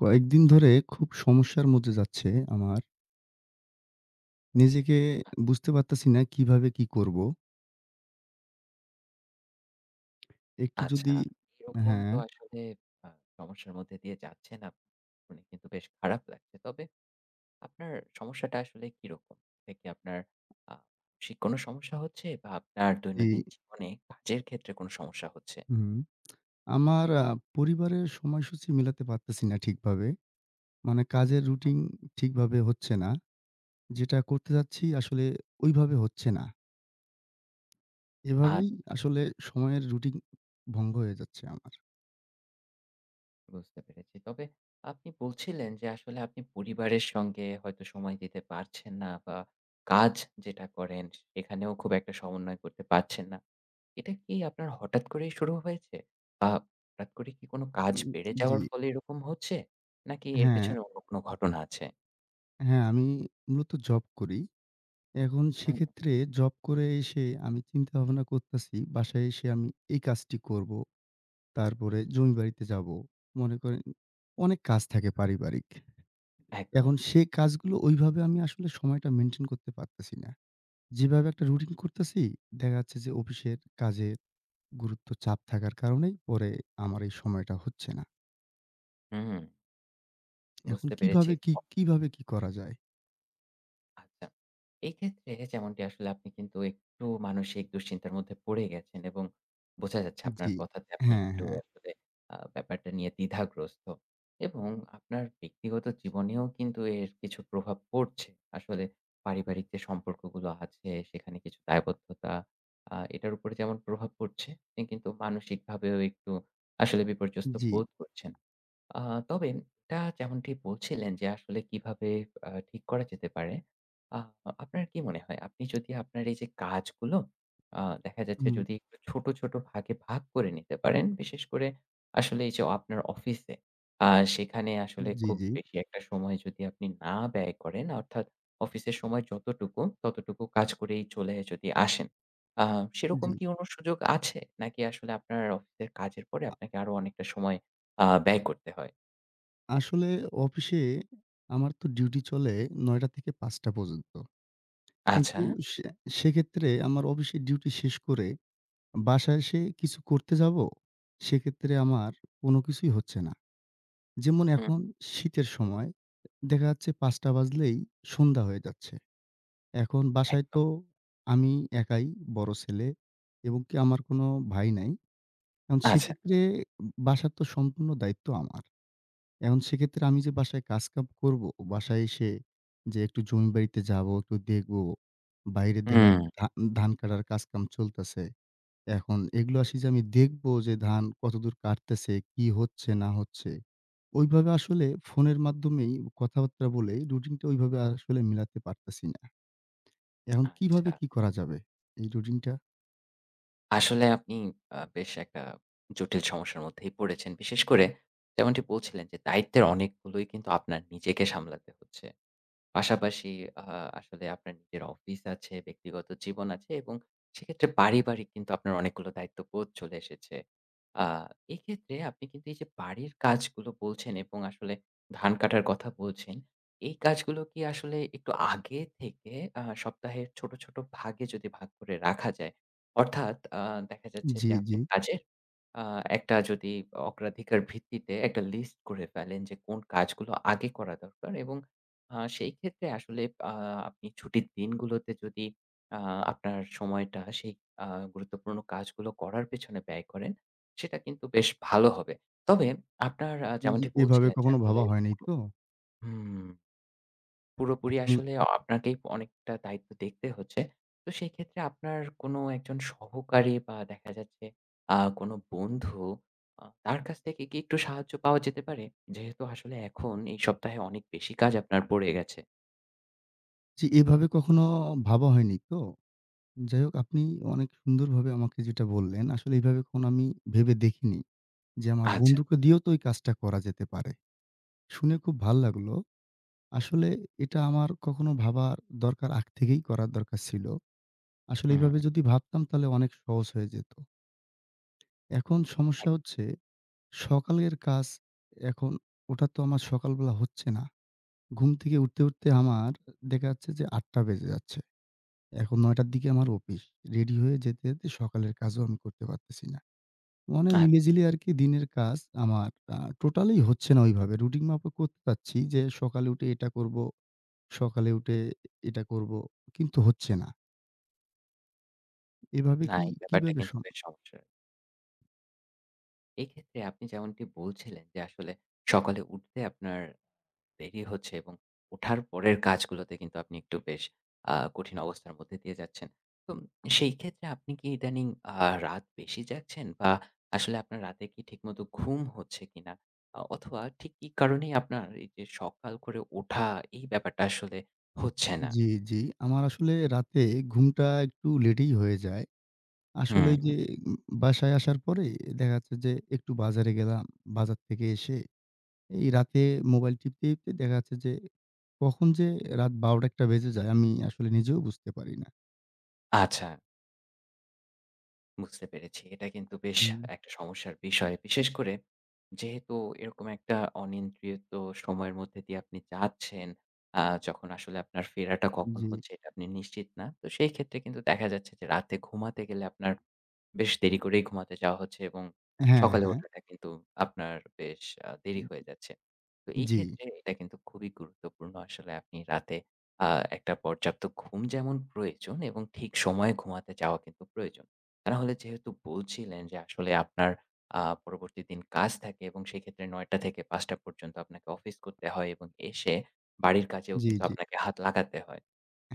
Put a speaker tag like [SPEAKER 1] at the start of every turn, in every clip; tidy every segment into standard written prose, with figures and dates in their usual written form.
[SPEAKER 1] কয়েকদিন ধরে খুব সমস্যার মধ্যে যাচ্ছে আমার। নিজেকে বুঝতে পারতেছি না কিভাবে কি করব? একটু
[SPEAKER 2] আচ্ছা,
[SPEAKER 1] যদি
[SPEAKER 2] এরকম তো
[SPEAKER 1] হ্যাঁ,
[SPEAKER 2] আসলে আ সমস্যার মধ্যে দিয়ে যাচ্ছেন আপনি। শুনে কিন্তু বেশ খারাপ লাগছে। তবে আপনার সমস্যাটা আসলে কিরকম? এটা কি আপনার আ মানসিক কোনো সমস্যা হচ্ছে বা আপনার
[SPEAKER 1] জি,
[SPEAKER 2] দৈনন্দিন জীবনে কাজের ক্ষেত্রে কোনো সমস্যা হচ্ছে?
[SPEAKER 1] হুম। আমার পরিবারের সময়সূচি মেলাতে পারতেছি না ঠিকভাবে। মানে কাজের রুটিন ঠিকভাবে হচ্ছে না। যেটা করতে যাচ্ছি আসলে ওইভাবে হচ্ছে না। এভাবেই
[SPEAKER 2] আচ্ছা,
[SPEAKER 1] আসলে সময়ের রুটিন ভঙ্গ হয়ে যাচ্ছে আমার।
[SPEAKER 2] বুঝতে পেরেছি। তবে আপনি বলছিলেন যে আসলে আপনি পরিবারের সঙ্গে হয়তো সময় দিতে পারছেন না বা কাজ যেটা করেন সেখানেও খুব একটা সমন্বয় করতে পারছেন না। এটা কি আপনার হঠাৎ করেই শুরু হয়েছে? বা হঠাৎ করে কি কোনো কাজ
[SPEAKER 1] উ
[SPEAKER 2] বেড়ে
[SPEAKER 1] জি,
[SPEAKER 2] যাওয়ার ফলে এরকম হচ্ছে? নাকি এর
[SPEAKER 1] হ্যাঁ,
[SPEAKER 2] পেছনে অন্য কোনো ঘটনা আছে?
[SPEAKER 1] হ্যাঁ আমি মূলত জব করি। এখন
[SPEAKER 2] হুম,
[SPEAKER 1] সেক্ষেত্রে জব করে এসে আমি চিন্তাভাবনা করতাছি, বাসায় এসে আমি এই কাজটি করব। তারপরে জমিবাড়িতে যাব। মনে করেন অনেক কাজ থাকে পারিবারিক।
[SPEAKER 2] একদম।
[SPEAKER 1] এখন সে কাজগুলো ওইভাবে আমি আসলে সময়টা মেইনটেইন করতে পারতেছি না। যেভাবে একটা রুটিন করতেছি, দেখা যাচ্ছে যে অফিসের কাজের গুরুত্ব চাপ থাকার কারণেই পরে আমার এই সময়টা হচ্ছে না।
[SPEAKER 2] হুম,
[SPEAKER 1] এখন
[SPEAKER 2] বুঝতে পেরেছি।
[SPEAKER 1] কিভাবে কি, কিভাবে কি করা যায়?
[SPEAKER 2] আচ্ছা। এক্ষেত্রে যেমনটি আসলে আপনি কিন্তু একটু মানসিক দুশ্চিন্তার মধ্যে পড়ে গেছেন এবং বোঝা যাচ্ছে আপনার
[SPEAKER 1] জি।
[SPEAKER 2] কথাতে আপনি
[SPEAKER 1] হ্যাঁ,
[SPEAKER 2] একটু
[SPEAKER 1] হ্যাঁ।
[SPEAKER 2] আসলে ব্যাপারটা নিয়ে দ্বিধাগ্রস্ত এবং আপনার ব্যক্তিগত জীবনেও কিন্তু এর কিছু প্রভাব পড়ছে। আসলে পারিবারিক যে সম্পর্কগুলো আছে সেখানে কিছু দায়বদ্ধতা, এটার উপরে যেমন প্রভাব পড়ছে, আপনি কিন্তু মানসিকভাবেও একটু আসলে বিপর্যস্ত
[SPEAKER 1] জি।
[SPEAKER 2] বোধ করছেন। আ তবে এটা যেমনটি বলছিলেন যে আসলে কিভাবে ঠিক করা যেতে পারে। আ আপনার কি মনে হয়? আপনি যদি আপনার এই যে কাজগুলো, দেখা যাচ্ছে
[SPEAKER 1] হুম।
[SPEAKER 2] যদি একটু ছোট, ছোট ভাগে ভাগ করে নিতে পারেন, বিশেষ করে আসলে এই যে আপনার অফিসে, আ সেখানে আসলে
[SPEAKER 1] জি,
[SPEAKER 2] খুব
[SPEAKER 1] জি,
[SPEAKER 2] বেশি একটা সময় যদি আপনি না ব্যয় করেন, অর্থাৎ অফিসের সময় যতটুকু, ততটুকু কাজ করেই চলে যদি আসেন। আ সেরকম
[SPEAKER 1] জি।
[SPEAKER 2] কি কোনো সুযোগ আছে? নাকি আসলে আপনার অফিসের কাজের পরে আপনাকে আরো অনেকটা সময় ব্যয় করতে হয়?
[SPEAKER 1] আসলে অফিসে আমার তো ডিউটি চলে ৯:০০ থেকে ৫:০০ পর্যন্ত। কিন্তু
[SPEAKER 2] আচ্ছা।
[SPEAKER 1] সে সেক্ষেত্রে আমার অফিসের ডিউটি শেষ করে বাসায় এসে কিছু করতে যাব, সেক্ষেত্রে আমার কোনো কিছুই হচ্ছে না। যেমন
[SPEAKER 2] হুম,
[SPEAKER 1] এখন শীতের সময় দেখা যাচ্ছে ৫:০০ বাজলেই সন্ধ্যা হয়ে যাচ্ছে। এখন বাসায়
[SPEAKER 2] একদম।
[SPEAKER 1] তো আমি একাই বড় ছেলে এবং কি আমার কোনো ভাই নাই। এখন
[SPEAKER 2] আচ্ছা।
[SPEAKER 1] সেক্ষেত্রে বাসার তো সম্পূর্ণ দায়িত্ব আমার। এখন সেক্ষেত্রে আমি যে বাসায় কাজ-কাম করব, বাসায় এসে যে একটু জমি বাড়িতে যাবো, একটু দেখবো। বাইরে দেখা
[SPEAKER 2] হুম,
[SPEAKER 1] যাচ্ছে ধান কাটার কাজ-কাম চলতেছে। এখন এগুলো আসি যে আমি দেখবো যে ধান কতদূর কাটতেছে, কি হচ্ছে না হচ্ছে। ওইভাবে আসলে ফোনের মাধ্যমেই কথাবার্তা বলে রুটিনটা ওইভাবে আসলে মিলাতে পারতেছি না। এখন
[SPEAKER 2] আচ্ছা।
[SPEAKER 1] কিভাবে কি করা যাবে এই রুটিনটা?
[SPEAKER 2] আসলে আপনি বেশ একটা জটিল সমস্যার মধ্যেই পড়েছেন। বিশেষ করে যেমনটি বলছিলেন যে দায়িত্বের অনেকগুলোই কিন্তু আপনার নিজেকে সামলাতে হচ্ছে। পাশাপাশি আ আসলে আপনার নিজের অফিস আছে, ব্যক্তিগত জীবন আছে এবং সেক্ষেত্রে পারিবারিক কিন্তু আপনার অনেকগুলো দায়িত্ববোধ চলে এসেছে। আ এক্ষেত্রে আপনি কিন্তু এই যে বাড়ির কাজগুলো বলছেন এবং আসলে ধান কাটার কথা বলছেন, এই কাজগুলো কি আসলে একটু আগে থেকে, সপ্তাহের ছোট, ছোট ভাগে যদি ভাগ করে রাখা যায়, অর্থাৎ দেখা যাচ্ছে
[SPEAKER 1] জি,
[SPEAKER 2] যে আপনি
[SPEAKER 1] জি।
[SPEAKER 2] কাজের, আ একটা যদি অগ্রাধিকার ভিত্তিতে একটা লিস্ট করে ফেলেন যে কোন কাজগুলো আগে করা দরকার এবং সেই ক্ষেত্রে আসলে আ আপনি ছুটির দিনগুলোতে যদি আ আপনার সময়টা সেই আ গুরুত্বপূর্ণ কাজগুলো করার পেছনে ব্যয় করেন, সেটা কিন্তু বেশ ভালো হবে। তবে আপনার
[SPEAKER 1] জি,
[SPEAKER 2] যেমনটি
[SPEAKER 1] এভাবে
[SPEAKER 2] বলছিলেন যে
[SPEAKER 1] কখনো
[SPEAKER 2] আসলে।
[SPEAKER 1] ভাবা হয়নি তো?
[SPEAKER 2] হুম। পুরোপুরি
[SPEAKER 1] আপনি
[SPEAKER 2] আসলে আপনাকেই অনেকটা দায়িত্ব দেখতে হচ্ছে। তো সেক্ষেত্রে আপনার কোনো একজন সহকারী বা দেখা যাচ্ছে কোনো বন্ধু, তার কাছ থেকে কি একটু সাহায্য পাওয়া যেতে পারে? যেহেতু আসলে এখন এই সপ্তাহে অনেক বেশি কাজ আপনার পড়ে গেছে।
[SPEAKER 1] জি, এভাবে কখনো ভাবা হয়নি তো? যাই হোক আপনি অনেক সুন্দরভাবে আমাকে যেটা বললেন, আসলে এভাবে কখনো আমি ভেবে দেখিনি যে আমার
[SPEAKER 2] আচ্ছা।
[SPEAKER 1] বন্ধুকে দিয়েও তো এই কাজটা করা যেতে পারে। শুনে খুব ভাল লাগলো। আসলে এটা আমার কখনো ভাবার দরকার আগ থেকেই করার দরকার ছিল। আসলে
[SPEAKER 2] হুম।
[SPEAKER 1] এভাবে যদি ভাবতাম তাহলে অনেক সহজ হয়ে যেত। এখন সমস্যা
[SPEAKER 2] এক
[SPEAKER 1] হচ্ছে সকালের কাজ এখন ওটা তো আমার সকালবেলা হচ্ছে না। ঘুম থেকে উঠতে, উঠতে আমার দেখা যাচ্ছে যে ৮:০০ বেজে যাচ্ছে। এখন ৯:০০ র দিকে আমার অফিস। রেডি হয়ে যেতে, যেতে সকালের কাজও আমি করতে পারতেছি না। মানে
[SPEAKER 2] আচ্ছা।
[SPEAKER 1] মিলেঝিলে আরকি দিনের কাজ আমার টোটালি হচ্ছে না ওইভাবে। রুটিন মাফিক করতে চাচ্ছি যে সকালে উঠে এটা করব, সকালে উঠে এটা করব। কিন্তু হচ্ছে না। এভাবে
[SPEAKER 2] না,
[SPEAKER 1] কি
[SPEAKER 2] এই ব্যাপারটা
[SPEAKER 1] কিভাবে
[SPEAKER 2] কিন্তু বেশ সমস্যার। এক্ষেত্রে আপনি যেমনটি বলছিলেন যে আসলে সকালে উঠতে আপনার দেরি হচ্ছে এবং ওঠার পরের কাজগুলোতে কিন্তু আপনি একটু বেশ কঠিন অবস্থার মধ্যে দিয়ে যাচ্ছেন। তো সেই ক্ষেত্রে আপনি কি ইদানিং আ রাত বেশি জাগছেন বা আসলে আপনার রাতে কি ঠিকমতো ঘুম হচ্ছে কিনা? অথবা ঠিক কি কারণেই আপনার এই যে সকাল করে ওঠা, এই ব্যাপারটা আসলে হচ্ছে না?
[SPEAKER 1] জি, জি। আমার আসলে রাতে ঘুমটা একটু লেটেই হয়ে যায়। আসলে
[SPEAKER 2] হুম,
[SPEAKER 1] ওই যে উম বাসায় আসার পরে দেখা যাচ্ছে যে একটু বাজারে গেলাম। বাজার থেকে এসে এই রাতে মোবাইল টিপতে, টিপতে দেখা যাচ্ছে যে কখন যে রাত ১২:০০ ১:০০ বেজে যায় আমি আসলে নিজেও বুঝতে পারি না।
[SPEAKER 2] আচ্ছা, বুঝতে পেরেছি। এটা কিন্তু বেশ
[SPEAKER 1] হুম।
[SPEAKER 2] একটা সমস্যার বিষয়। বিশেষ করে যেহেতু এরকম একটা অনিয়ন্ত্রিত সময়ের মধ্যে দিয়ে আপনি যাচ্ছেন, আ যখন আসলে আপনার ফেরাটা কখন
[SPEAKER 1] জি।
[SPEAKER 2] হচ্ছে এটা আপনি নিশ্চিত না। তো সেই ক্ষেত্রে কিন্তু দেখা যাচ্ছে যে রাতে ঘুমাতে গেলে আপনার বেশ দেরি করেই ঘুমাতে যাওয়া হচ্ছে এবং
[SPEAKER 1] হ্যাঁ,
[SPEAKER 2] সকালে
[SPEAKER 1] হ্যাঁ।
[SPEAKER 2] ওঠাটা কিন্তু আপনার বেশ দেরি
[SPEAKER 1] উম
[SPEAKER 2] হয়ে যাচ্ছে। তো এই
[SPEAKER 1] জি,
[SPEAKER 2] ক্ষেত্রে এটা কিন্তু খুবই গুরুত্বপূর্ণ, আসলে আপনি রাতে আ একটা পর্যাপ্ত ঘুম যেমন প্রয়োজন এবং ঠিক সময়ে ঘুমাতে যাওয়া কিন্তু প্রয়োজন। তা না হলে যেহেতু বলছিলেন যে আসলে আপনার আ পরবর্তী দিন কাজ থাকে এবং সেক্ষেত্রে ৯টা থেকে ৫টা পর্যন্ত আপনাকে অফিস করতে হয় এবং এসে বাড়ির কাজেও
[SPEAKER 1] জি,
[SPEAKER 2] কিন্তু
[SPEAKER 1] জি।
[SPEAKER 2] আপনাকে হাত লাগাতে হয়।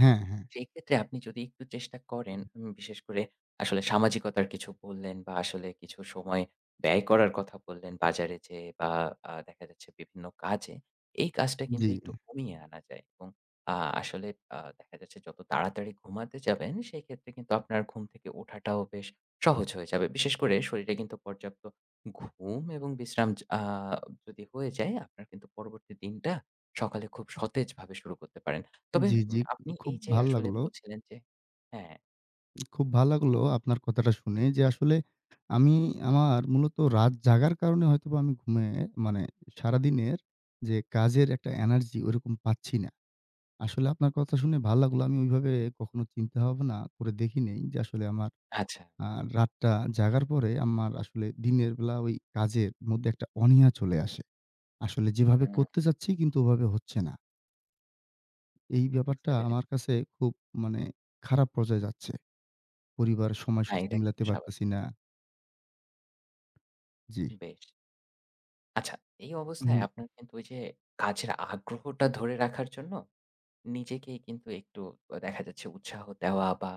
[SPEAKER 1] হ্যাঁ, হ্যাঁ।
[SPEAKER 2] সেক্ষেত্রে আপনি যদি একটু চেষ্টা করেন, বিশেষ করে আসলে সামাজিকতার কিছু বললেন বা আসলে কিছু সময় ব্যয় করার কথা বললেন বাজারে যেয়ে বা দেখা যাচ্ছে বিভিন্ন কাজে। এই কাজটা কিন্তু
[SPEAKER 1] জি,
[SPEAKER 2] একটু কমিয়ে আনা যায় এবং আ আসলে দেখা যাচ্ছে যত তাড়াতাড়ি ঘুমাতে যাবেন, সেক্ষেত্রে কিন্তু আপনার ঘুম থেকে ওঠাটাও বেশ সহজ হয়ে যাবে। বিশেষ করে শরীরে কিন্তু পর্যাপ্ত ঘুম এবং বিশ্রাম য আ যদি হয়ে যায়, আপনার কিন্তু পরবর্তী দিনটা সকালে খুব সতেজভাবে শুরু করতে পারেন। তবে
[SPEAKER 1] জি, জি।
[SPEAKER 2] আপনি
[SPEAKER 1] খুব
[SPEAKER 2] এই যে
[SPEAKER 1] ভাল
[SPEAKER 2] আসলে
[SPEAKER 1] লাগলো।
[SPEAKER 2] বলছিলেন যে। হ্যাঁ,
[SPEAKER 1] খুব ভাল লাগলো আপনার কথাটা শুনে যে আসলে আমি আমার মূলত রাত জাগার কারণে হয়তোবা আমি ঘুমে মানে সারাদিনের যে কাজের একটা এনার্জি ওরকম পাচ্ছি না। আসলে আপনার কথা শুনে ভাল লাগলো। আমি ওইভাবে কখনো চিন্তা ভাবনা করে দেখি নাই যে আসলে আমার
[SPEAKER 2] আচ্ছা।
[SPEAKER 1] আ রাতটা জাগার পরে আমার আসলে দিনের বেলা ওই কাজের মধ্যে একটা অনীহা চলে আসে। আসলে যেভাবে করতে
[SPEAKER 2] উম
[SPEAKER 1] চাচ্ছি কিন্তু ওভাবে হচ্ছে না। এই
[SPEAKER 2] বুঝতে
[SPEAKER 1] ব্যাপারটা
[SPEAKER 2] পেরেছি।
[SPEAKER 1] আমার কাছে খুব মানে খারাপ পর্যায়ে যাচ্ছে। পরিবার
[SPEAKER 2] না,
[SPEAKER 1] সময়সূচি
[SPEAKER 2] এটা কিন্তু
[SPEAKER 1] মিলাতে
[SPEAKER 2] স্বাভাবিক।
[SPEAKER 1] পারতেছি না। জি।
[SPEAKER 2] বেশ। আচ্ছা, এই অবস্থায়
[SPEAKER 1] হুম,
[SPEAKER 2] আপনার কিন্তু ওই যে কাজের আগ্রহটা ধরে রাখার জন্য নিজেকেই কিন্তু একটু, দেখা যাচ্ছে, উৎসাহ দেওয়া বা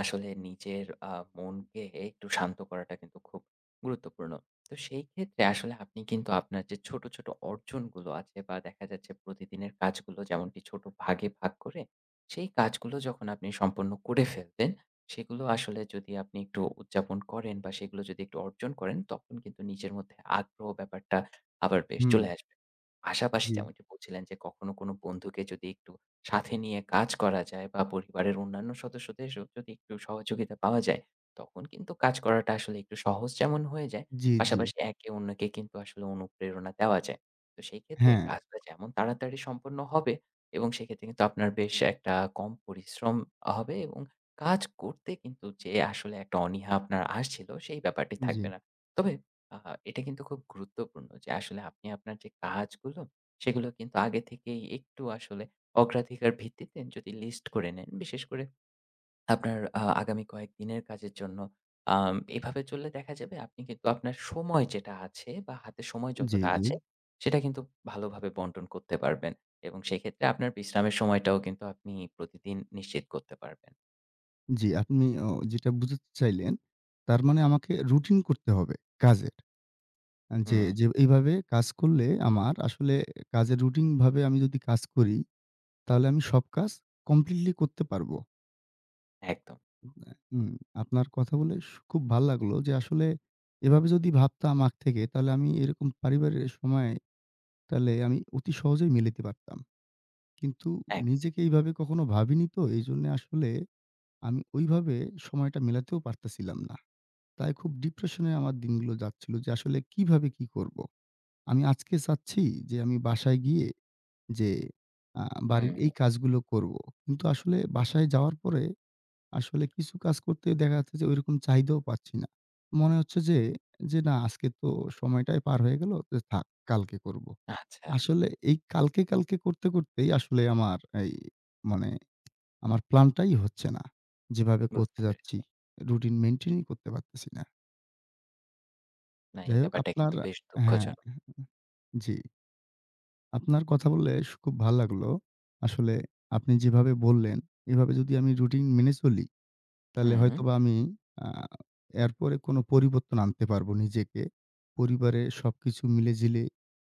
[SPEAKER 2] আসলে নিজের মনকে একটু শান্ত করাটা কিন্তু খুব গুরুত্বপূর্ণ। তো সেই ক্ষেত্রে আসলে আপনি কিন্তু আপনার যে ছোট, ছোট অর্জনগুলো আছে বা দেখা যাচ্ছে প্রতিদিনের কাজগুলো যেমনটি ছোট ভাগে ভাগ করে সেই কাজগুলো যখন আপনি সম্পন্ন করে ফেলতেন, সেগুলো আসলে যদি আপনি একটু উদযাপন করেন বা সেগুলো যদি একটু অর্জন করেন, তখন কিন্তু নিজের মধ্যে আগ্রহ ব্যাপারটা আবার বেশ
[SPEAKER 1] হুম।
[SPEAKER 2] চলে আসবে। পাশাপাশি
[SPEAKER 1] জি,
[SPEAKER 2] যেমনটি বলছিলেন যে কখনো কোনো বন্ধুকে যদি একটু সাথে নিয়ে কাজ করা যায় বা পরিবারের অন্যান্য সদস্যদেরও যদি একটু সহযোগিতা পাওয়া যায়, তখন কিন্তু কাজ করাটা আসলে একটু সহজ যেমন হয়ে যায়,
[SPEAKER 1] জি, জি।
[SPEAKER 2] পাশাপাশি একে অন্যকে কিন্তু আসলে অনুপ্রেরণা দেওয়া যায়। তো সেই ক্ষেত্রে
[SPEAKER 1] হ্যাঁ,
[SPEAKER 2] কাজটা যেমন তাড়াতাড়ি সম্পন্ন হবে এবং সেক্ষেত্রে কিন্তু আপনার বেশ একটা কম পরিশ্রম হবে এবং কাজ করতে কিন্তু যে আসলে একটা অনীহা আপনার আসছিল, সেই ব্যাপারটি
[SPEAKER 1] জি,
[SPEAKER 2] থাকবে না। তবে আ এটা কিন্তু খুব গুরুত্বপূর্ণ যে আসলে আপনি আপনার যে কাজগুলো, সেগুলো কিন্তু আগে থেকেই একটু আসলে অগ্রাধিকার ভিত্তিতে যদি লিস্ট করে নেন, বিশেষ করে আপনার আগামী কয়েকদিনের কাজের জন্য। এভাবে চললে দেখা যাবে আপনি কিন্তু আপনার সময় যেটা আছে বা হাতে সময়
[SPEAKER 1] জি,
[SPEAKER 2] যতটা
[SPEAKER 1] জি,
[SPEAKER 2] আছে, সেটা কিন্তু ভালোভাবে বন্টন করতে পারবেন এবং সেক্ষেত্রে আপনার বিশ্রামের সময়টাও কিন্তু আপনি প্রতিদিন নিশ্চিত করতে পারবেন।
[SPEAKER 1] জি। আপনি যেটা বুঝাতে চাইলেন, তার মানে আমাকে রুটিন করতে হবে কাজের। যে,
[SPEAKER 2] হুম,
[SPEAKER 1] যে এইভাবে কাজ করলে আমার আসলে কাজের রুটিনভাবে আমি যদি কাজ করি, তাহলে আমি সব কাজ কমপ্লিটলি করতে পারব।
[SPEAKER 2] একদম,
[SPEAKER 1] হুম, আপনার কথা বলে খুব ভাল লাগলো যে আসলে এভাবে যদি ভাবতাম আগ থেকে তাহলে আমি এরকম পারিবারের সময় তাহলে আমি অতি সহজেই মেলাতে পারতাম। কিন্তু
[SPEAKER 2] এক
[SPEAKER 1] নিজেকে এইভাবে কখনো ভাবিনি তো এইজন্য আসলে আমি ওইভাবে সময়টা মেলাতেও পারতেছিলাম না। তাই খুব ডিপ্রেশন এ আমার দিনগুলো যাচ্ছিল যে আসলে কিভাবে কি করব? আমি আজকে চাচ্ছি যে আমি বাসায় গিয়ে যে আ
[SPEAKER 2] হুম,
[SPEAKER 1] বাড়ির এই কাজগুলো করব। কিন্তু আসলে বাসায় যাওয়ার পরে আসলে কিছু কাজ করতে দেখা যাচ্ছে যে ঐরকম চাহিদাও পাচ্ছি না। মনে হচ্ছে যে, যে না আজকে তো সময়টাই পার হয়ে গেল। যে থাক কালকে করব।
[SPEAKER 2] আচ্ছা,
[SPEAKER 1] আসলে এই কালকে, কালকে করতে, করতেই আসলে আমার এই মানে আমার প্ল্যানটাই হচ্ছে না। যেভাবে করতে
[SPEAKER 2] বুঝতে পেরেছি।
[SPEAKER 1] যাচ্ছি রুটিন মেইনটেইনই করতে পারতেছি না।
[SPEAKER 2] না, এই
[SPEAKER 1] যাই হোক
[SPEAKER 2] ব্যাপারটা
[SPEAKER 1] আপনার
[SPEAKER 2] কিন্তু বেশ
[SPEAKER 1] হ্যাঁ,
[SPEAKER 2] দুঃখজনক।
[SPEAKER 1] জি। আপনার কথা বললে খুব ভাল লাগলো। আসলে আপনি যেভাবে বললেন এভাবে যদি আমি রুটিন মেনে চলি তাহলে
[SPEAKER 2] হুম,
[SPEAKER 1] হয়তোবা আমি আ এরপরে কোনো পরিবর্তন আনতে পারবো নিজেকে। পরিবারে সবকিছু মিলে-ঝিলে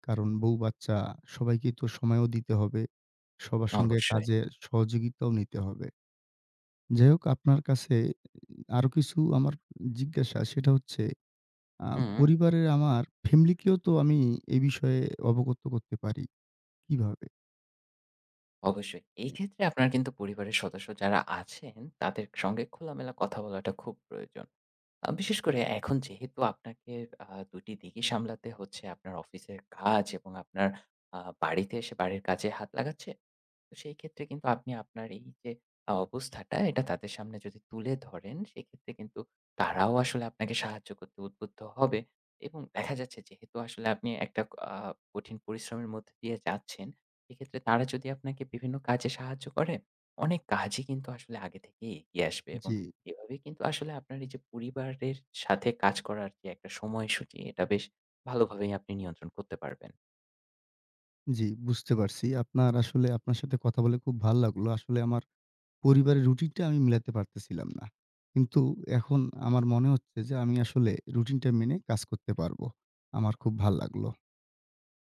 [SPEAKER 1] কারণ বউ-বাচ্চা সবাইকে তো সময়ও দিতে হবে। সবার সঙ্গে
[SPEAKER 2] অবশ্যই।
[SPEAKER 1] কাজে সহযোগিতাও নিতে হবে। যাই হোক আপনার কাছে আরো কিছু আমার জিজ্ঞাসা সেটা হচ্ছে আ
[SPEAKER 2] হুম।
[SPEAKER 1] পরিবারের আমার ফ্যামিলিকেও তো আমি এ বিষয়ে অবগত করতে পারি কিভাবে?
[SPEAKER 2] অবশ্যই। এই ক্ষেত্রে আপনার কিন্তু পরিবারের সদস্য যারা আছেন, তাদের সঙ্গে খোলামেলা কথা বলাটা খুব প্রয়োজন। বিশেষ করে এখন যেহেতু আপনাকে আ ২ টি দিকই সামলাতে হচ্ছে, আপনার অফিসের কাজ এবং আপনার বাড়িতে এসে বাড়ির কাজে হাত লাগাচ্ছে। তো সেই ক্ষেত্রে কিন্তু আপনি আপনার এই যে অবস্থাটা, এটা তাদের সামনে যদি তুলে ধরেন, সেক্ষেত্রে কিন্তু তারাও আসলে আপনাকে সাহায্য করতে উদ্বুদ্ধ হবে এবং দেখা যাচ্ছে যেহেতু আসলে আপনি একটা আ কঠিন পরিশ্রমের মধ্যে দিয়ে যাচ্ছেন, সেক্ষেত্রে তারা যদি আপনাকে বিভিন্ন কাজে সাহায্য করে, অনেক কাজই কিন্তু আসলে আগে থেকেই এগিয়ে আসবে
[SPEAKER 1] জি,
[SPEAKER 2] এবং এভাবেই কিন্তু আসলে আপনার এই যে পরিবারের সাথে কাজ করার যে একটা সময়সূচি, এটা বেশ ভালোভাবেই আপনি নিয়ন্ত্রণ করতে পারবেন।
[SPEAKER 1] জি বুঝতে পারছি। আপনার আসলে আপনার সাথে কথা বলে খুব ভাল লাগলো। আসলে আমার পরিবারের রুটিনটা আমি মিলাতে পারতেছিলাম না। কিন্তু এখন আমার মনে হচ্ছে যে আমি আসলে রুটিনটা মেনে কাজ করতে পারবো। আমার খুব ভাল লাগলো।